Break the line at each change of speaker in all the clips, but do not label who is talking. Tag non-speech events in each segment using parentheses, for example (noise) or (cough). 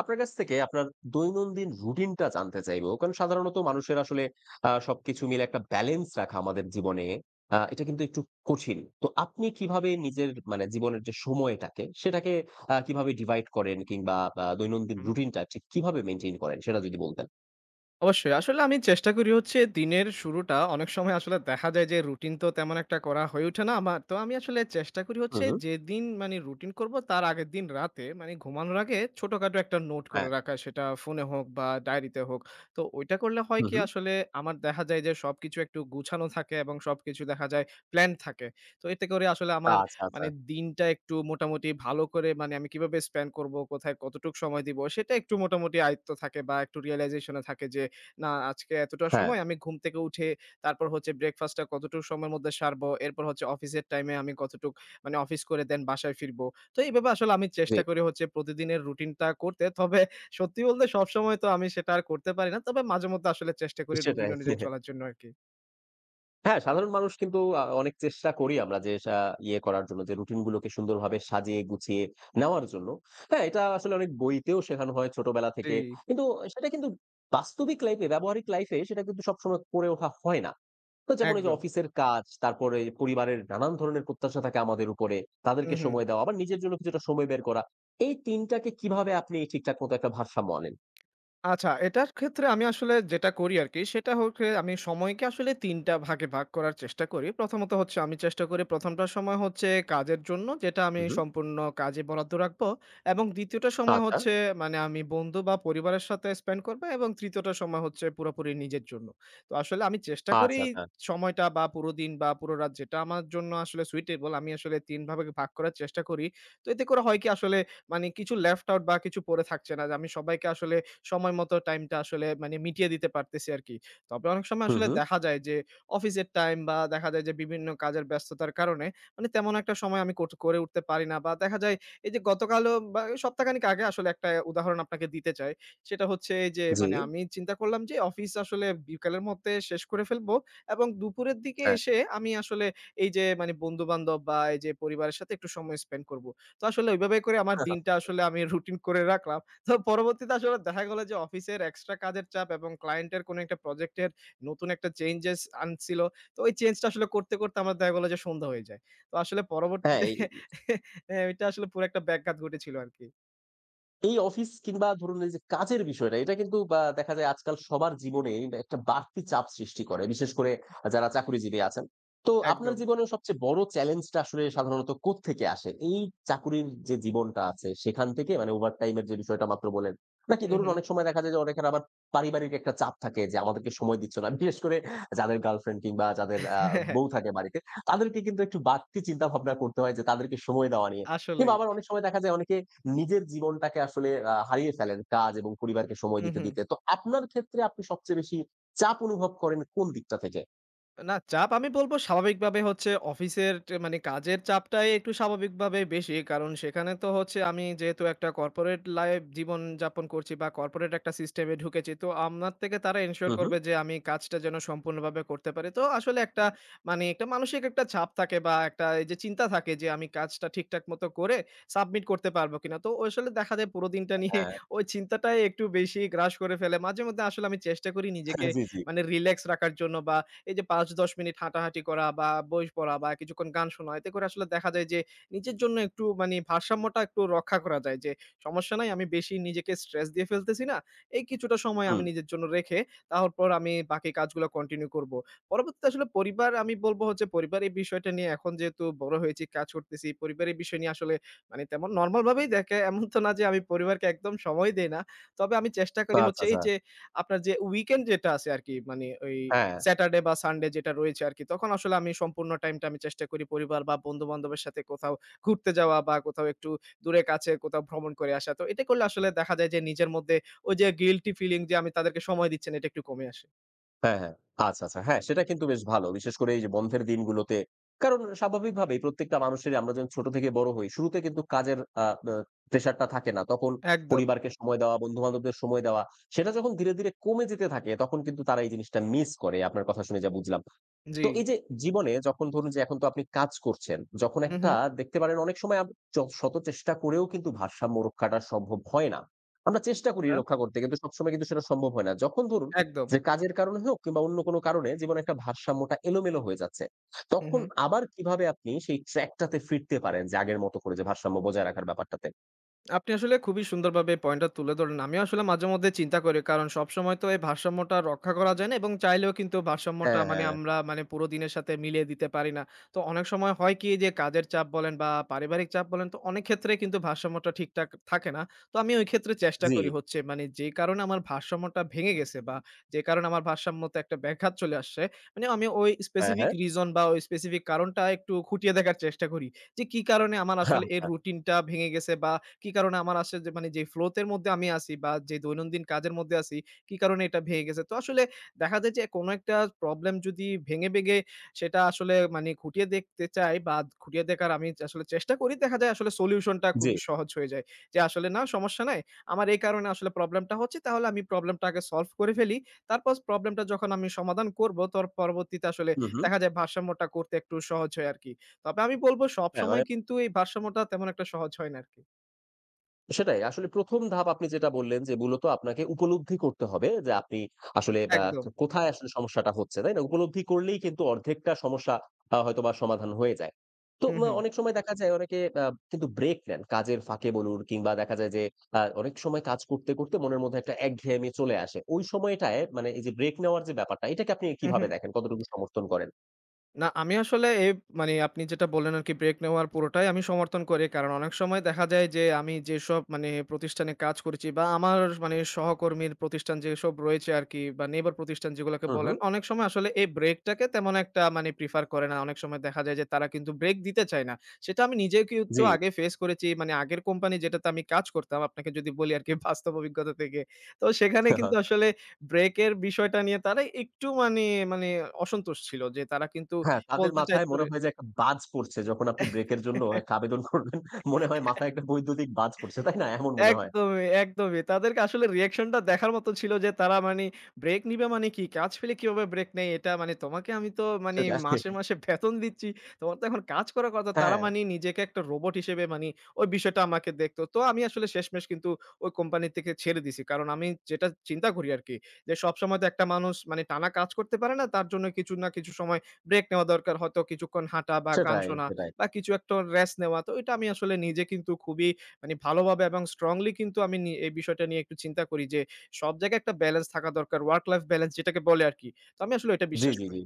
আপনার কাছ থেকে আপনার দৈনন্দিন রুটিনটা জানতে চাইবো। কারণ সাধারণত মানুষের আসলে সবকিছু মিলে একটা ব্যালেন্স রাখা আমাদের জীবনে এটা কিন্তু একটু কঠিন। তো আপনি কিভাবে নিজের মানে জীবনের যে সময়টাকে সেটাকে কিভাবে ডিভাইড করেন কিংবা দৈনন্দিন
হুম।
রুটিনটা ঠিক কিভাবে মেইনটেইন করেন সেটা যদি বলতেন?
অবশ্যই। আসলে আমি চেষ্টা করি হচ্ছে দিনের শুরুটা অনেক সময় আসলে দেখা যায় যে রুটিন তো তেমন একটা করা হয়ে ওঠে না আমার। তো আমি আসলে চেষ্টা করি
হু,
হচ্ছে
হু।
যেদিন মানে রুটিন করব তার আগের দিন রাতে মানে ঘুমানোর আগে ছোটখাটো একটা নোট করে
হ্যাঁ।
রাখা। সেটা ফোনে হোক বা ডায়েরিতে হোক। তো ওইটা করলে হয়
হু,
কি
হু।
আসলে আমার দেখা যায় যে সবকিছু একটু গুছানো থাকে এবং সবকিছু দেখা যায় প্ল্যান থাকে। তো এতে করে আসলে আমার
আচ্ছা, আচ্ছা।
মানে দিনটা একটু মোটামুটি ভালো করে মানে আমি কিভাবে স্পেন্ড করব, কোথায় কতটুক সময় দিব সেটা একটু মোটামুটি আয়ত্ত থাকে বা একটু রিয়ালাইজেশন এ থাকে যে না আজকে এতটা
হ্যাঁ,
সময় আমি ঘুম থেকে উঠে তারপর হচ্ছে ব্রেকফাস্টটা কতটুকু সময়ের মধ্যে সারবো। এরপর হচ্ছে অফিসের টাইমে আমি কতটুক মানে অফিস করে দেন বাসায় ফিরবো। তো এইভাবে আসলে আমি
জি।
চেষ্টা করি হচ্ছে প্রতিদিনের রুটিনটা করতে। তবে সত্যি বলতে সবসময় তো আমি সেটা আর করতে পারি না। তবে মাঝেমধ্যে আসলে চেষ্টা করি রুটিন
সেটাই।
অনুযায়ী চলার জন্য আরকি।
হ্যাঁ, সাধারণ মানুষ কিন্তু অনেক চেষ্টা করি আমরা যে ইয়ে করার জন্য যে রুটিন গুলোকে সুন্দরভাবে সাজিয়ে গুছিয়ে নেওয়ার জন্য। হ্যাঁ, এটা আসলে অনেক বইতেও শেখানো হয় ছোটবেলা
জি,
থেকে। কিন্তু সেটা কিন্তু বাস্তবিক লাইফে ব্যবহারিক লাইফে সেটা কিন্তু সবসময় করে ওঠা হয় না। তো যেমন এই যে
একদম।
অফিসের কাজ, তারপরে পরিবারের নানান ধরনের প্রত্যাশা থাকে আমাদের উপরে।
হু,
তাদেরকে
হু।
সময় দেওয়া, আবার নিজের জন্য কিছুটা সময় বের করা। এই ৩ টাকে কিভাবে আপনি ঠিকঠাক মতো একটা ভারসাম্য আনেন?
আচ্ছা, এটার ক্ষেত্রে আমি আসলে যেটা করি আরকি, সেটা হচ্ছে আমি সময়কে আসলে ৩ টা ভাগে ভাগ করার চেষ্টা করি। প্রথমত হচ্ছে আমি চেষ্টা করি ১ম টা সময় হচ্ছে কাজের জন্য, যেটা আমি
হু, হু।
সম্পূর্ণ কাজে বরাদ্দ রাখবো এবং ২য় টা সময়
আচ্ছা,
হচ্ছে মানে আমি বন্ধু বা পরিবারের সাথে স্পেন্ড করবো এবং ৩য় টা সময় হচ্ছে পুরোপুরি নিজের জন্য। তো আসলে আমি চেষ্টা করি
আচ্ছা, আচ্ছা।
সময়টা বা পুরো দিন বা পুরো রাত যেটা আমার জন্য আসলে সুইটেবল, আমি আসলে ৩ ভাবে ভাগ করার চেষ্টা করি। তো এতে করে হয় কি আসলে মানে কিছু লেফট আউট বা কিছু পড়ে থাকছে না। যে আমি সবাইকে আসলে সময় মতো টাইমটা আসলে মানে মিটিয়ে দিতে পারতেছি আরকি। তবে অনেক সময়
হু,
আসলে
হু।
দেখা যায় যে অফিসের টাইম বা দেখা যায় যে বিভিন্ন কাজের ব্যস্ততার কারণে মানে তেমন একটা সময় আমি কোট করে উঠতে পারি না বা দেখা যায় এই যে গতকালও বা সপ্তাহখানেক আগে আসলে একটা উদাহরণ আপনাকে দিতে চাই। সেটা হচ্ছে এই যে
জি।
মানে আমি চিন্তা করলাম যে অফিস আসলে বিকালের মধ্যে শেষ করে ফেলবো এবং দুপুরের দিকে
হ্যাঁ।
এসে আমি আসলে এই যে মানে বন্ধু-বান্ধব বা এই যে পরিবারের সাথে একটু সময় স্পেন্ড করব। তো আসলে ওইভাবে করে আমার দিনটা আসলে আমি রুটিন করে রাখলাম। তো পরবর্তীতে আসলে দেখা গেল যে অফিসের এক্সট্রা কাজের চাপ এবং ক্লায়েন্টের কোনো একটা প্রজেক্টের নতুন একটা চেঞ্জেস আনছিল। তো ওই চেঞ্জটা আসলে করতে, করতে আমার দেখা গেল যে সন্ধ্যা হয়ে যায়। তো আসলে পরবর্তীতে
হ্যাঁ, এই
(laughs) এটা আসলে পুরো একটা ব্যাঘাত ঘটেছিল আরকি।
এই অফিস কিংবা ধরুন এই যে কাজের বিষয়টা এটা কিন্তু বা দেখা যায় আজকাল সবার জীবনে একটা বাড়তি চাপ সৃষ্টি করে। বিশেষ করে যারা চাকুরিজীবী আছেন। তো আপনার
একদম।
জীবনের সবচেয়ে বড় চ্যালেঞ্জটা আসলে সাধারণত কোত্থেকে আসে? এই চাকুরির যে জীবনটা আছে সেখান থেকে মানে ওভারটাইম এর যে বিষয়টা মাত্র বললেন। নাকি
হু,
ধরুন
হু।
অনেক সময় দেখা যায় যে অনেকের আবার পারিবারিক একটা চাপ থাকে যে আমাদেরকে সময় দিচ্ছ না। বিশেষ করে যাদের গার্লফ্রেন্ড কিংবা যাদের বউ
(laughs)
থাকে বাড়িতে তাদেরকে কিন্তু একটু বাড়তি চিন্তাভাবনা করতে হয় যে তাদেরকে সময় দেওয়া নিয়ে। কিংবা
আসলেই।
আবার অনেক সময় দেখা যায় অনেকে নিজের জীবনটাকে আসলে হারিয়ে ফেলেন কাজ এবং পরিবারকে সময়
হু,
দিতে,
হু।
দিতে। তো আপনার ক্ষেত্রে আপনি সবচেয়ে বেশি চাপ অনুভব করেন কোন দিকটা থেকে?
না চাপ আমি বলব স্বাভাবিকভাবে হচ্ছে অফিসের মানে কাজের চাপটাই একটু স্বাভাবিকভাবে বেশি। কারণ সেখানে তো হচ্ছে আমি যেহেতু একটা কর্পোরেট লাইফ জীবনযাপন করছি বা কর্পোরেট একটা সিস্টেমে ঢুকেছি। তো আমার থেকে তারা এনশিওর
হুম, হুম।
করবে যে আমি কাজটা যেন সম্পূর্ণভাবে করতে পারি। তো আসলে একটা মানে একটা মানসিক একটা চাপ থাকে বা একটা এই যে চিন্তা থাকে যে আমি কাজটা ঠিকঠাক মতো করে সাবমিট করতে পারবো কিনা। তো ওই আসলে দেখা যায় পুরো দিনটা নিয়ে
হ্যাঁ,
(laughs) ওই চিন্তাটাই একটু বেশি গ্রাস করে ফেলে। মাঝে মধ্যে আসলে আমি চেষ্টা করি নিজেকে
(laughs) জি, জি।
মানে রিল্যাক্স রাখার জন্য বা এই যে ৫-১০ মিনিট হাঁটাহাঁটি করা বা বই পড়া বা কিছুক্ষণ গান শোনা, এতে করে আসলে দেখা যায় যে নিজের জন্য একটু মানে ভারসাম্যটা একটু রক্ষা করা যায় যে, সমস্যা নাই আমি বেশি নিজেকে স্ট্রেস দিয়ে ফেলতেছি না। এই কিছুটা সময় আমি
হুম।
নিজের জন্য রেখে তারপর আমি বাকি কাজগুলো কন্টিনিউ করব। পরবর্তীতে আসলে পরিবার আমি বলব হচ্ছে পরিবার এই বিষয়টা নিয়ে এখন যেহেতু বড় হয়েছি, কাজ করতেছি, পরিবারের বিষয় নিয়ে আসলে মানে তেমন নরমাল ভাবেই দেখে এমন তো না যে আমি পরিবারকে একদম সময় দেই না। তবে আমি চেষ্টা
তো
করি
আচ্ছা,
হচ্ছে এই
আচ্ছা।
যে আপনার যে উইকেন্ড যেটা আছে আরকি মানে ওই
হ্যাঁ,
স্যাটারডে বা সানডে যেটা রয়েছে আরকি। তখন আসলে আমি সম্পূর্ণ টাইমটা আমি চেষ্টা করি পরিবার বা বন্ধু-বান্ধবের সাথে কোথাও ঘুরতে যাওয়া বা কোথাও একটু দূরে কাছে কোথাও ভ্রমণ করে আসা। তো এটা করলে আসলে দেখা যায় যে নিজের মধ্যে ওই যে গিল্টি ফিলিং যে আমি তাদেরকে সময় দিচ্ছি না, এটা একটু কমে আসে।
হ্যাঁ, হ্যাঁ। আচ্ছা, আচ্ছা। হ্যাঁ, সেটা কিন্তু বেশ ভালো। বিশেষ করে এই যে বন্ধের দিনগুলোতে। কারণ স্বাভাবিকভাবেই প্রত্যেকটা মানুষেরই আমরা যখন ছোট থেকে বড় হই, শুরুতে কিন্তু কাজের আ আ প্রেশারটা থাকে না। তখন
একদম।
পরিবারকে সময় দেওয়া, বন্ধু-বান্ধবদের সময় দেওয়া, সেটা যখন ধীরে, ধীরে কমে যেতে থাকে, তখন কিন্তু তারা এই জিনিসটা মিস করে। আপনার কথা শুনে যা বুঝলাম।
জি।
তো এই যে জীবনে যখন ধরুন যে এখন তো আপনি কাজ করছেন, যখন
হু, হু।
একটা দেখতে পারেন অনেক সময় আপ চ শত চেষ্টা করেও কিন্তু ভারসাম্য রক্ষাটা সম্ভব হয় না। আমরা চেষ্টা করি
হ্যাঁ,
রক্ষা করতে কিন্তু সবসময় কিন্তু সেটা সম্ভব হয় না। যখন ধরুন
একদম।
যে কাজের কারণে হোক কিংবা অন্য কোনো কারণে জীবনে একটা ভারসাম্যটা এলোমেলো হয়ে যাচ্ছে।
হু, হু।
তখন আবার কিভাবে আপনি সেই ট্র্যাক টাতে ফিরতে পারেন যে আগের মতো করে যে ভারসাম্য বজায় রাখার ব্যাপারটাতে?
আপনি আসলে খুবই সুন্দরভাবে এই পয়েন্টটা তুলে ধরেন। আমিও আসলে মাঝেমধ্যে চিন্তা করি। কারণ সবসময় তো এই ভারসাম্যটা রক্ষা করা যায় না এবং চাইলেও কিন্তু ভারসাম্যটা
হ্যাঁ,
মানে
হ্যাঁ।
আমরা মানে পুরো দিনের সাথে মিলিয়ে দিতে পারি না। তো অনেক সময় হয় কি যে কাজের চাপ বলেন বা পারিবারিক চাপ বলেন তো অনেক ক্ষেত্রে কিন্তু ভারসাম্যটা ঠিকঠাক থাকে না। তো আমি ওই ক্ষেত্রে চেষ্টা
জি।
করি হচ্ছে মানে যে কারণে আমার ভারসাম্যটা ভেঙে গেছে বা যে কারণে আমার ভারসাম্যতে একটা ব্যাঘাত চলে আসছে। মানে আমি ওই
হ্যাঁ,
স্পেসিফিক
হ্যাঁ।
রিজন বা ওই স্পেসিফিক কারণটা একটু খুঁটিয়ে দেখার চেষ্টা করি। যে কি কারণে আমার আসলে এই
আচ্ছা।
রুটিনটা ভেঙে গেছে বা কি কারণে আমার আসে যে মানে যেই ফ্লো এর মধ্যে আমি আছি বা যে দৈনন্দিন কাজের মধ্যে আছি, কি কারণে এটা ভেঙে গেছে। তো আসলে দেখা যায় যে কোনো একটা প্রবলেম যদি ভেঙে, ভেঙে সেটা আসলে মানে খুঁটিয়ে দেখতে চাই বা খুঁটিয়ে দেখার আমি আসলে চেষ্টা করি। দেখা যায় আসলে সলিউশনটা
জি।
খুবই সহজ হয়ে যায়। যে আসলে না সমস্যা নাই। আমার এই কারণে আসলে প্রবলেমটা হচ্ছে তাহলে আমি প্রবলেমটাকে সলভ করে ফেলি। তারপর প্রবলেমটা যখন আমি সমাধান করব তোর পরবর্তীতে আসলে
হু, হু।
দেখা যায় ভারসাম্যটা করতে একটু সহজ হয় আরকি। তবে আমি বলব
হ্যাঁ
সবসময়
মানে
কিন্তু এই ভারসাম্যটা তেমন একটা সহজ হয় না আরকি।
সেটাই। আসলে ১ম ধাপ আপনি যেটা বললেন যে মূলত আপনাকে উপলব্ধি করতে হবে যে আপনি আসলে
একদম।
কোথায় আসলে সমস্যাটা হচ্ছে, তাই না? উপলব্ধি করলেই কিন্তু অর্ধেকটা সমস্যা হয়তোবা সমাধান হয়ে যায়। তো
হু, হু।
অনেক সময় দেখা যায় অনেকে কিন্তু ব্রেক নেন। কাজের ফাঁকে বলুন কিংবা দেখা যায় যে অনেক সময় কাজ করতে, করতে মনের মধ্যে একটা একঘেয়েমি চলে আসে। ওই সময়টায় মানে এই যে ব্রেক নেওয়ার যে ব্যাপারটা, এটাকে আপনি
হু, হু।
কিভাবে দেখেন? কতটুকু সমর্থন করেন?
না, আমি আসলে মানে আপনি যেটা বললেন আরকি ব্রেক নেওয়ার পুরোটাই আমি সমর্থন করি। কারণ অনেক সময় দেখা যায় যে আমি যেসব মানে প্রতিষ্ঠানে কাজ করেছি বা আমার মানে সহকর্মীর প্রতিষ্ঠান যেসব রয়েছে আরকি বা নেইবার প্রতিষ্ঠান যেগুলোকে
হু, হু।
বলেন, অনেক সময় আসলে এই ব্রেকটাকে তেমন একটা মানে প্রিফার করে না। অনেক সময় দেখা যায় যে তারা কিন্তু ব্রেক দিতে চায় না। সেটা আমি নিজেও কিন্তু
জি।
আগে ফেস করেছি। মানে আগের কোম্পানি যেটাতে আমি কাজ করতাম, আপনাকে যদি বলি আরকি (laughs) বাস্তব অভিজ্ঞতা থেকে। তো সেখানে কিন্তু
(laughs)
আসলে ব্রেকের বিষয়টা নিয়ে তারা একটু মানে, মানে অসন্তুষ্ট ছিল যে তারা কিন্তু
হ্যাঁ, তাদের
বলতে
মাথায়
চাইতো
মনে
রে।
হয় যে একটা বাজ পড়ছে। যখন আপনি ব্রেকের জন্য
(laughs)
একটা আবেদন করবেন, মনে হয় মাথায় একটা বৈদ্যুতিক বাজ পড়ছে। তাই না? এমন মনে হয়।
একদমই, একদমই। তাদেরকে আসলে রিঅ্যাকশনটা দেখার মতো ছিল যে তারা মানে ব্রেক নিবে মানে কি? কাজ ফেলে কিভাবে ব্রেক নেয় এটা মানে তোমাকে আমি তো মানে
সেটাই।
মাসে, মাসে বেতন দিচ্ছি। তোমার তো এখন কাজ করার কথা। তারা
হ্যাঁ,
মানে নিজেকে একটা রোবট হিসেবে মানি ওই বিষয়টা আমাকে দেখতো। তো আমি আসলে শেষমেশ কিন্তু ওই কোম্পানি থেকে ছেড়ে দিছি। কারণ আমি যেটা চিন্তা করি আরকি যে সবসময় তো একটা মানুষ মানে টানা কাজ করতে পারে না। তার জন্য কিছু না কিছু সময় ব্রেক নেওয়া দরকার। হয়তো কিছুক্ষণ হাঁটা বা গান
সেটাই,
শোনা
সেটাই।
বা কিছু একটা রেস্ট নেওয়া। তো এটা আমি আসলে নিজে কিন্তু খুবই মানে ভালোভাবে এবং স্ট্রংলি কিন্তু আমি এই বিষয়টা নিয়ে একটু চিন্তা করি যে, সব জায়গায় একটা ব্যালেন্স থাকা দরকার। ওয়ার্ক লাইফ ব্যালেন্স যেটাকে বলে আরকি। তো আমি আসলে এটা
জি,
বিশ্বাস
জি, জি।
করি।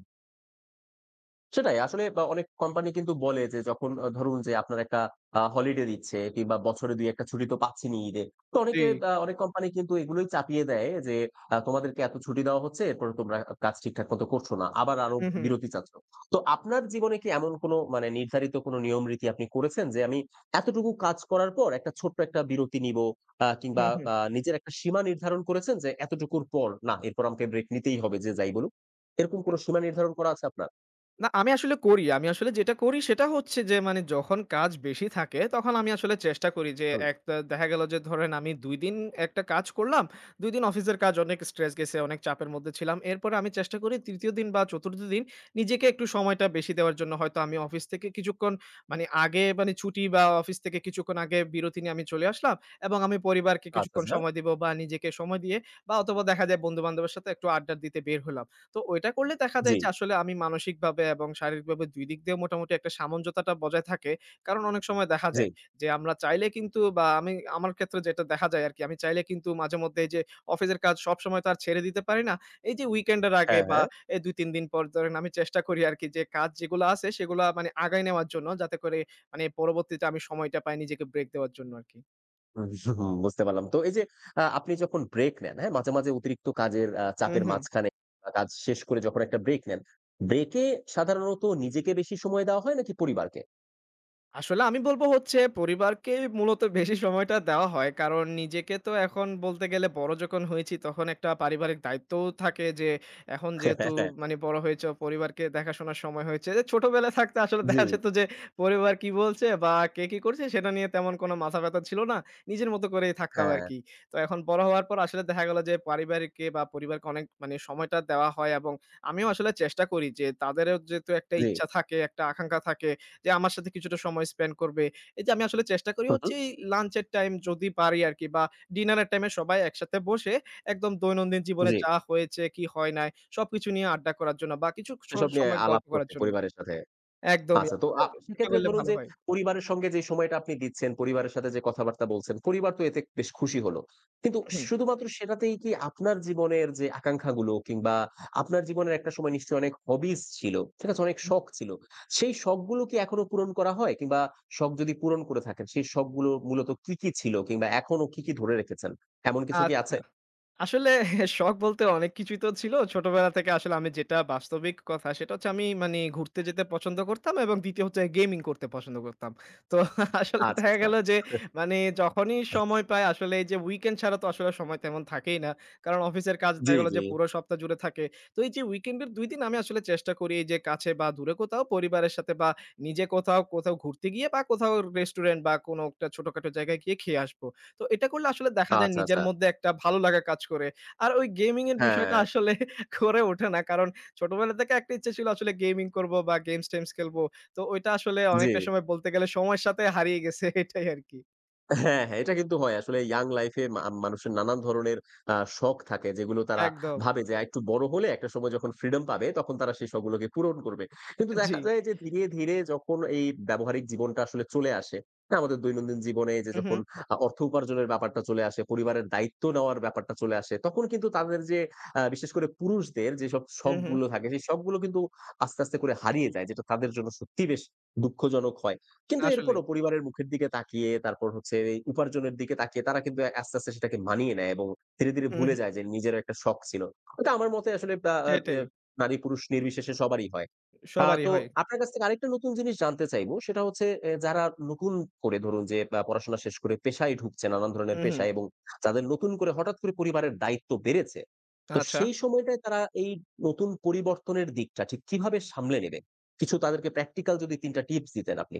সেটাই। আসলে বা অনেক কোম্পানি কিন্তু বলে যে যখন ধরুন যে আপনার একটা হলিডে দিচ্ছে কিংবা বছরে ২ ১ টা ছুটি তো পাচ্ছেনই ঈদে। তো
জি।
অনেকে অনেক কোম্পানি কিন্তু এগুলোই চাপিয়ে দেয় যে তোমাদেরকে এত ছুটি দেওয়া হচ্ছে, এরপরে তোমরা কাজ ঠিকঠাক মতো করছো না। আবার আরো
হু, হু।
বিরতি চাচ্ছ। তো আপনার জীবনে কি এমন কোনো মানে নির্ধারিত কোনো নিয়ম রীতি আপনি করেছেন যে আমি এতটুকু কাজ করার পর একটা ছোট্ট একটা বিরতি নিবো
হু,
কিংবা
হু।
নিজের একটা সীমা নির্ধারণ করেছেন যে এতটুকুর পর না এরপর আমাকে ব্রেক নিতেই হবে যে যাই বলুক? এরকম কোনো সীমা নির্ধারণ করা আছে আপনার?
না, আমি আসলে করি। আমি আসলে যেটা করি সেটা হচ্ছে যে মানে যখন কাজ বেশি থাকে তখন আমি আসলে চেষ্টা করি যে একটা দেখা গেল যে ধরেন আমি ২ দিন একটা কাজ করলাম। ২ দিন অফিসের কাজ অনেক স্ট্রেস গেছে, অনেক চাপের মধ্যে ছিলাম। এরপরে আমি চেষ্টা করি ৩য় দিন বা ৪র্থ দিন নিজেকে একটু সময়টা বেশি দেওয়ার জন্য হয়তো আমি অফিস থেকে কিছুক্ষণ মানে আগে মানে ছুটি বা অফিস থেকে কিছুক্ষণ আগে বিরতি নিয়ে আমি চলে আসলাম এবং আমি পরিবারকে
আচ্ছা,
কিছুক্ষণ
আচ্ছা।
সময় দিব বা নিজেকে সময় দিয়ে বা অথবা দেখা যায় বন্ধু-বান্ধবের সাথে একটু আড্ডা দিতে বের হলাম। তো ওইটা করলে দেখা যায়
জি,
যে আসলে আমি মানসিকভাবে এবং শারীরিকভাবে ২ দিক দিয়ে মোটামুটি একটা সামঞ্জস্যতা বজায় থাকে। কারণ অনেক সময় দেখা
জি।
যায় যে আমরা চাইলে কিন্তু বা আমি আমার ক্ষেত্রে যেটা দেখা যায় আরকি, আমি চাইলে কিন্তু মাঝেমধ্যে এই যে অফিসের কাজ সবসময় তো আর ছেড়ে দিতে পারি না। এই যে উইকেন্ডের আগে
হ্যাঁ,
বা
হ্যাঁ।
এই ২-৩ দিন পর ধরেন আমি চেষ্টা করি আরকি যে কাজ যেগুলো আছে সেগুলা মানে আগায় নেওয়ার জন্য যাতে করে মানে পরবর্তীতে আমি সময়টা পাই নিজেকে ব্রেক দেওয়ার জন্য আরকি।
হুম, বুঝতে পারলাম। তো এই যে আপনি যখন ব্রেক নেন, হ্যাঁ? মাঝে, মাঝে অতিরিক্ত কাজের
হু,
চাপের
হু।
মাঝখানে কাজ শেষ করে যখন একটা ব্রেক নেন, ব্রেকে সাধারণত নিজেকে বেশি সময় দেওয়া হয় নাকি পরিবারকে?
আসলে আমি বলবো হচ্ছে পরিবারকে মূলত বেশি সময়টা দেওয়া হয়। কারণ নিজেকে তো এখন বলতে গেলে বড় যখন হয়েছি তখন একটা পারিবারিক দায়িত্বও থাকে যে এখন যেহেতু
(laughs)
মানে বড় হয়েছো পরিবারকে দেখাশোনার সময় হয়েছে। যে ছোটবেলায় থাকতে আসলে (laughs)
জি,
দেখা যেত যে পরিবার কি বলছে বা কে কি করছে সেটা নিয়ে তেমন কোনো মাথা ব্যাথা ছিল না। নিজের মতো করেই থাকতাম
হ্যাঁ,
আরকি। তো এখন বড় হওয়ার পর আসলে দেখা গেল যে পারিবারিককে বা পরিবারকে অনেক মানে সময়টা দেওয়া হয় এবং আমিও আসলে চেষ্টা করি যে তাদেরও যেহেতু একটা
জি।
ইচ্ছা থাকে, একটা আকাঙ্খা থাকে যে আমার সাথে কিছুটা সময় স্পেন্ড করবে। এই যে আমি আসলে চেষ্টা করি
হু, হু,
হচ্ছে এই লাঞ্চের টাইম যদি পারি আরকি বা ডিনারের টাইমে সবাই একসাথে বসে একদম দৈনন্দিন জীবনে
জি।
যা হয়েছে, কি হয় নাই সবকিছু নিয়ে আড্ডা করার জন্য বা কিছু
সেসব নিয়ে
সময় গল্প
আলাপ
করার
করতে
জন্য।
পরিবারের সাথে।
একদমই।
আচ্ছা তো
এটা
সেক্ষেত্রে
করলে
ধরুন
ভালো
যে
হয়।
পরিবারের সঙ্গে যে সময়টা আপনি দিচ্ছেন, পরিবারের সাথে যে কথাবার্তা বলছেন, পরিবার তো এতে বেশ খুশি হলো। কিন্তু
হুম,
শুধুমাত্র সেটাতেই কি আপনার জীবনের যে আকাঙ্খাগুলো কিংবা আপনার জীবনের একটা সময় নিশ্চয়ই অনেক হবিস ছিল, ঠিক আছে? অনেক
হুম।
শখ ছিল। সেই শখগুলো কি এখনো পূরণ করা হয়? কিংবা শখ যদি পূরণ করে থাকেন, সেই শখগুলো মূলত কি, কি ছিল কিংবা এখনো কি, কি ধরে রেখেছেন? এমন কিছু কি
আচ্ছা।
আছে?
আসলে (laughs) শখ বলতে অনেক কিছুই তো ছিল। ছোটবেলা থেকে আসলে আমি যেটা বাস্তবিক কথা সেটা হচ্ছে আমি মানে ঘুরতে যেতে পছন্দ করতাম এবং ২য় হচ্ছে গেমিং করতে পছন্দ করতাম। তো (laughs) আসলে
আচ্ছা,
দেখা
আচ্ছা।
গেল যে মানে যখনই সময় পাই আসলে এই যে উইকেন্ড ছাড়া তো আসলে সময় তেমন থাকেই না। কারণ অফিসের কাজ দেখা
জি,
গেল
জি।
যে পুরো সপ্তাহ জুড়ে থাকে। তো এই যে উইকেন্ডের ২ দিন আমি আসলে চেষ্টা করি এই যে কাছে বা দূরে কোথাও পরিবারের সাথে বা নিজে কোথাও, কোথাও ঘুরতে গিয়ে বা কোথাও রেস্টুরেন্ট বা কোনো একটা ছোটখাটো জায়গায় গিয়ে খেয়ে আসবো। তো এটা করলে আসলে দেখা যায়
আচ্ছা,
নিজের
আচ্ছা।
মধ্যে একটা ভালো লাগা কাজ করে। আর ওই গেমিং এর বিষয়টা
হ্যাঁ,
আসলে (laughs) করে ওঠে না। কারণ ছোটবেলা থেকে একটা ইচ্ছা ছিল আসলে গেমিং করবো বা গেমস-টেমস খেলবো। তো ওইটা আসলে
জি।
অনেকটা সময় বলতে গেলে সময়ের সাথে হারিয়ে গেছে (laughs) এটাই আরকি।
হ্যাঁ, হ্যাঁ, এটা কিন্তু হয়। আসলে ইয়াং লাইফে মানুষের নানান ধরনের শখ থাকে যেগুলো তারা
একদম।
ভাবে যে একটু বড় হলে একটা সময় যখন ফ্রিডম পাবে তখন তারা সেই শখগুলোকে পূরণ করবে। কিন্তু
(laughs) জি।
দেখা যায় যে ধীরে, ধীরে যখন এই ব্যবহারিক জীবনটা আসলে চলে আসে, হ্যাঁ, আমাদের দৈনন্দিন জীবনে যে
হু, হু,
যখন অর্থ উপার্জনের ব্যাপারটা চলে আসে, পরিবারের দায়িত্ব নেওয়ার ব্যাপারটা চলে আসে, তখন কিন্তু তাদের যে বিশেষ করে পুরুষদের যেসব
হু, হু।
শখগুলো থাকে সেই শখগুলো কিন্তু আস্তে, আস্তে করে হারিয়ে যায় যেটা তাদের জন্য সত্যিই বেশ দুঃখজনক হয়। কিন্তু
আসলেই।
এরপরও পরিবারের মুখের দিকে তাকিয়ে তারপর হচ্ছে এই উপার্জনের দিকে তাকিয়ে তারা কিন্তু আস্তে, আস্তে সেটাকে মানিয়ে নেয় এবং ধীরে, ধীরে
হুম, হুম,
ভুলে যায় যে নিজেরও একটা শখ ছিল। এটা আমার মতে আসলে আ আ এ
সেটাই।
নারী-পুরুষ নির্বিশেষে সবারই হয়।
সবারই
তো
হয়।
আপনার কাছ থেকে আরেকটা নতুন জিনিস জানতে চাইবো সেটা হচ্ছে এ যারা নতুন করে ধরুন যে পড়াশোনা শেষ করে পেশায় ঢুকছে নানান ধরনের
হু, হু।
পেশায় এবং যাদের নতুন করে হঠাৎ করে পরিবারের দায়িত্ব বেড়েছে। তো
আচ্ছা।
সেই সময়টায় তারা এই নতুন পরিবর্তনের দিকটা ঠিক কিভাবে সামলে নেবে? কিছু তাদেরকে প্র্যাকটিক্যাল যদি ৩ টা টিপস দিতেন আপনি।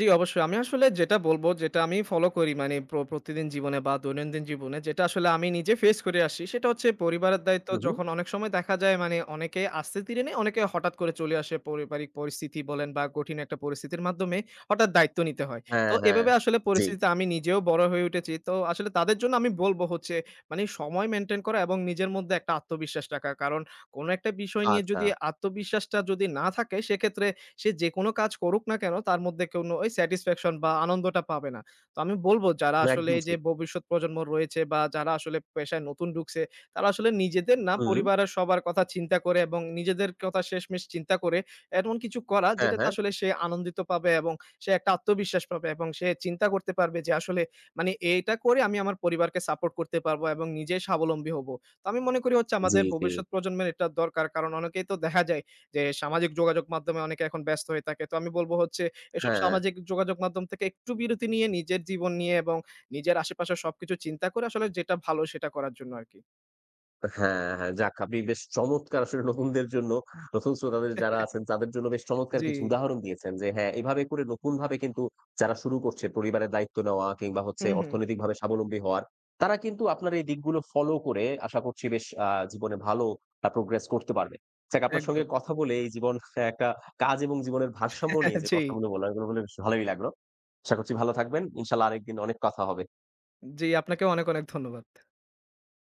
জি, অবশ্যই। আমি আসলে যেটা বলবো, যেটা আমি ফলো করি মানে প্রতিদিন জীবনে বা দৈনন্দিন জীবনে যেটা আসলে আমি নিজে ফেস করে আসি, সেটা হচ্ছে পরিবারের দায়িত্ব
হু, হু।
যখন অনেক সময় দেখা যায় মানে অনেকে আস্তে ধীরে নেয়, অনেকে হঠাৎ করে চলে আসে পারিবারিক পরিস্থিতি বলেন বা কঠিন একটা পরিস্থিতির মাধ্যমে হঠাৎ দায়িত্ব নিতে হয়।
হ্যাঁ,
তো
হ্যাঁ।
এভাবে আসলে
জি।
পরিস্থিতিতে আমি নিজেও বড় হয়ে উঠেছি। তো আসলে তাদের জন্য আমি বলব হচ্ছে মানে সময় মেইনটেইন করা এবং নিজের মধ্যে একটা আত্মবিশ্বাস রাখা। কারণ কোনো একটা বিষয় নিয়ে
আচ্ছা।
যদি আত্মবিশ্বাসটা যদি না থাকে সেক্ষেত্রে সে যেকোনো কাজ করুক না কেন তার মধ্যে কোনো ওই স্যাটিসফ্যাকশন বা আনন্দটা পাবে না। তো আমি বলব যারা আসলে
একদম
এই যে
ঠিক।
ভবিষ্যৎ প্রজন্ম রয়েছে বা যারা আসলে পেশায় নতুন ঢুকছে, তারা আসলে নিজেদের না
হুম।
পরিবারের সবার কথা চিন্তা করে এবং নিজেদের কথা শেষমেষ চিন্তা করে এমন কিছু করা
হ্যাঁ,
যেটাতে
হ্যাঁ।
আসলে সে আনন্দিত পাবে এবং সে একটা আত্মবিশ্বাস পাবে এবং সে চিন্তা করতে পারবে যে আসলে মানে এটা করে আমি আমার পরিবারকে সাপোর্ট করতে পারবো এবং নিজে স্বাবলম্বী হব। তো আমি মনে করি হচ্ছে
জি,
আমাদের
জি।
ভবিষ্যৎ প্রজন্মের এটা দরকার। কারণ অনেকেই তো দেখা যায় যে সামাজিক যোগাযোগ মাধ্যমে অনেকে এখন ব্যস্ত হয়ে থাকে। তো আমি বলব হচ্ছে এসব
হ্যাঁ।
সামাজিক যোগাযোগ মাধ্যম থেকে একটু বিরতি নিয়ে নিজের জীবন নিয়ে এবং নিজের আশেপাশের সবকিছু চিন্তা করে আসলে যেটা ভালো সেটা করার জন্য আরকি।
হ্যাঁ, হ্যাঁ। যাক আপনি বেশ চমৎকার আসলে নতুনদের জন্য, নতুন শ্রোতাদের যারা আছেন তাদের জন্য বেশ চমৎকার
জি।
কিছু উদাহরণ দিয়েছেন যে হ্যাঁ, এভাবে করে নতুনভাবে কিন্তু যারা শুরু করছে পরিবারের দায়িত্ব নেওয়া কিংবা হচ্ছে
হুম, হুম।
অর্থনৈতিকভাবে স্বাবলম্বী হওয়ার, তারা কিন্তু আপনার এই দিকগুলো ফলো করে আশা করছি বেশ জীবনে ভালো প্রোগ্রেস করতে পারবে। যাক আপনার সঙ্গে
একদম।
কথা বলে এই জীবন হ্যাঁ, একটা কাজ এবং জীবনের ভারসাম্য নিয়ে
(laughs)
যে
জি,
কথাগুলো বললাম এগুলো বলে বেশ ভালোই লাগলো। আশা করছি ভালো থাকবেন। ইনশাআল্লাহ আরেকদিন অনেক কথা হবে।
জি আপনাকেও অনেক, অনেক ধন্যবাদ।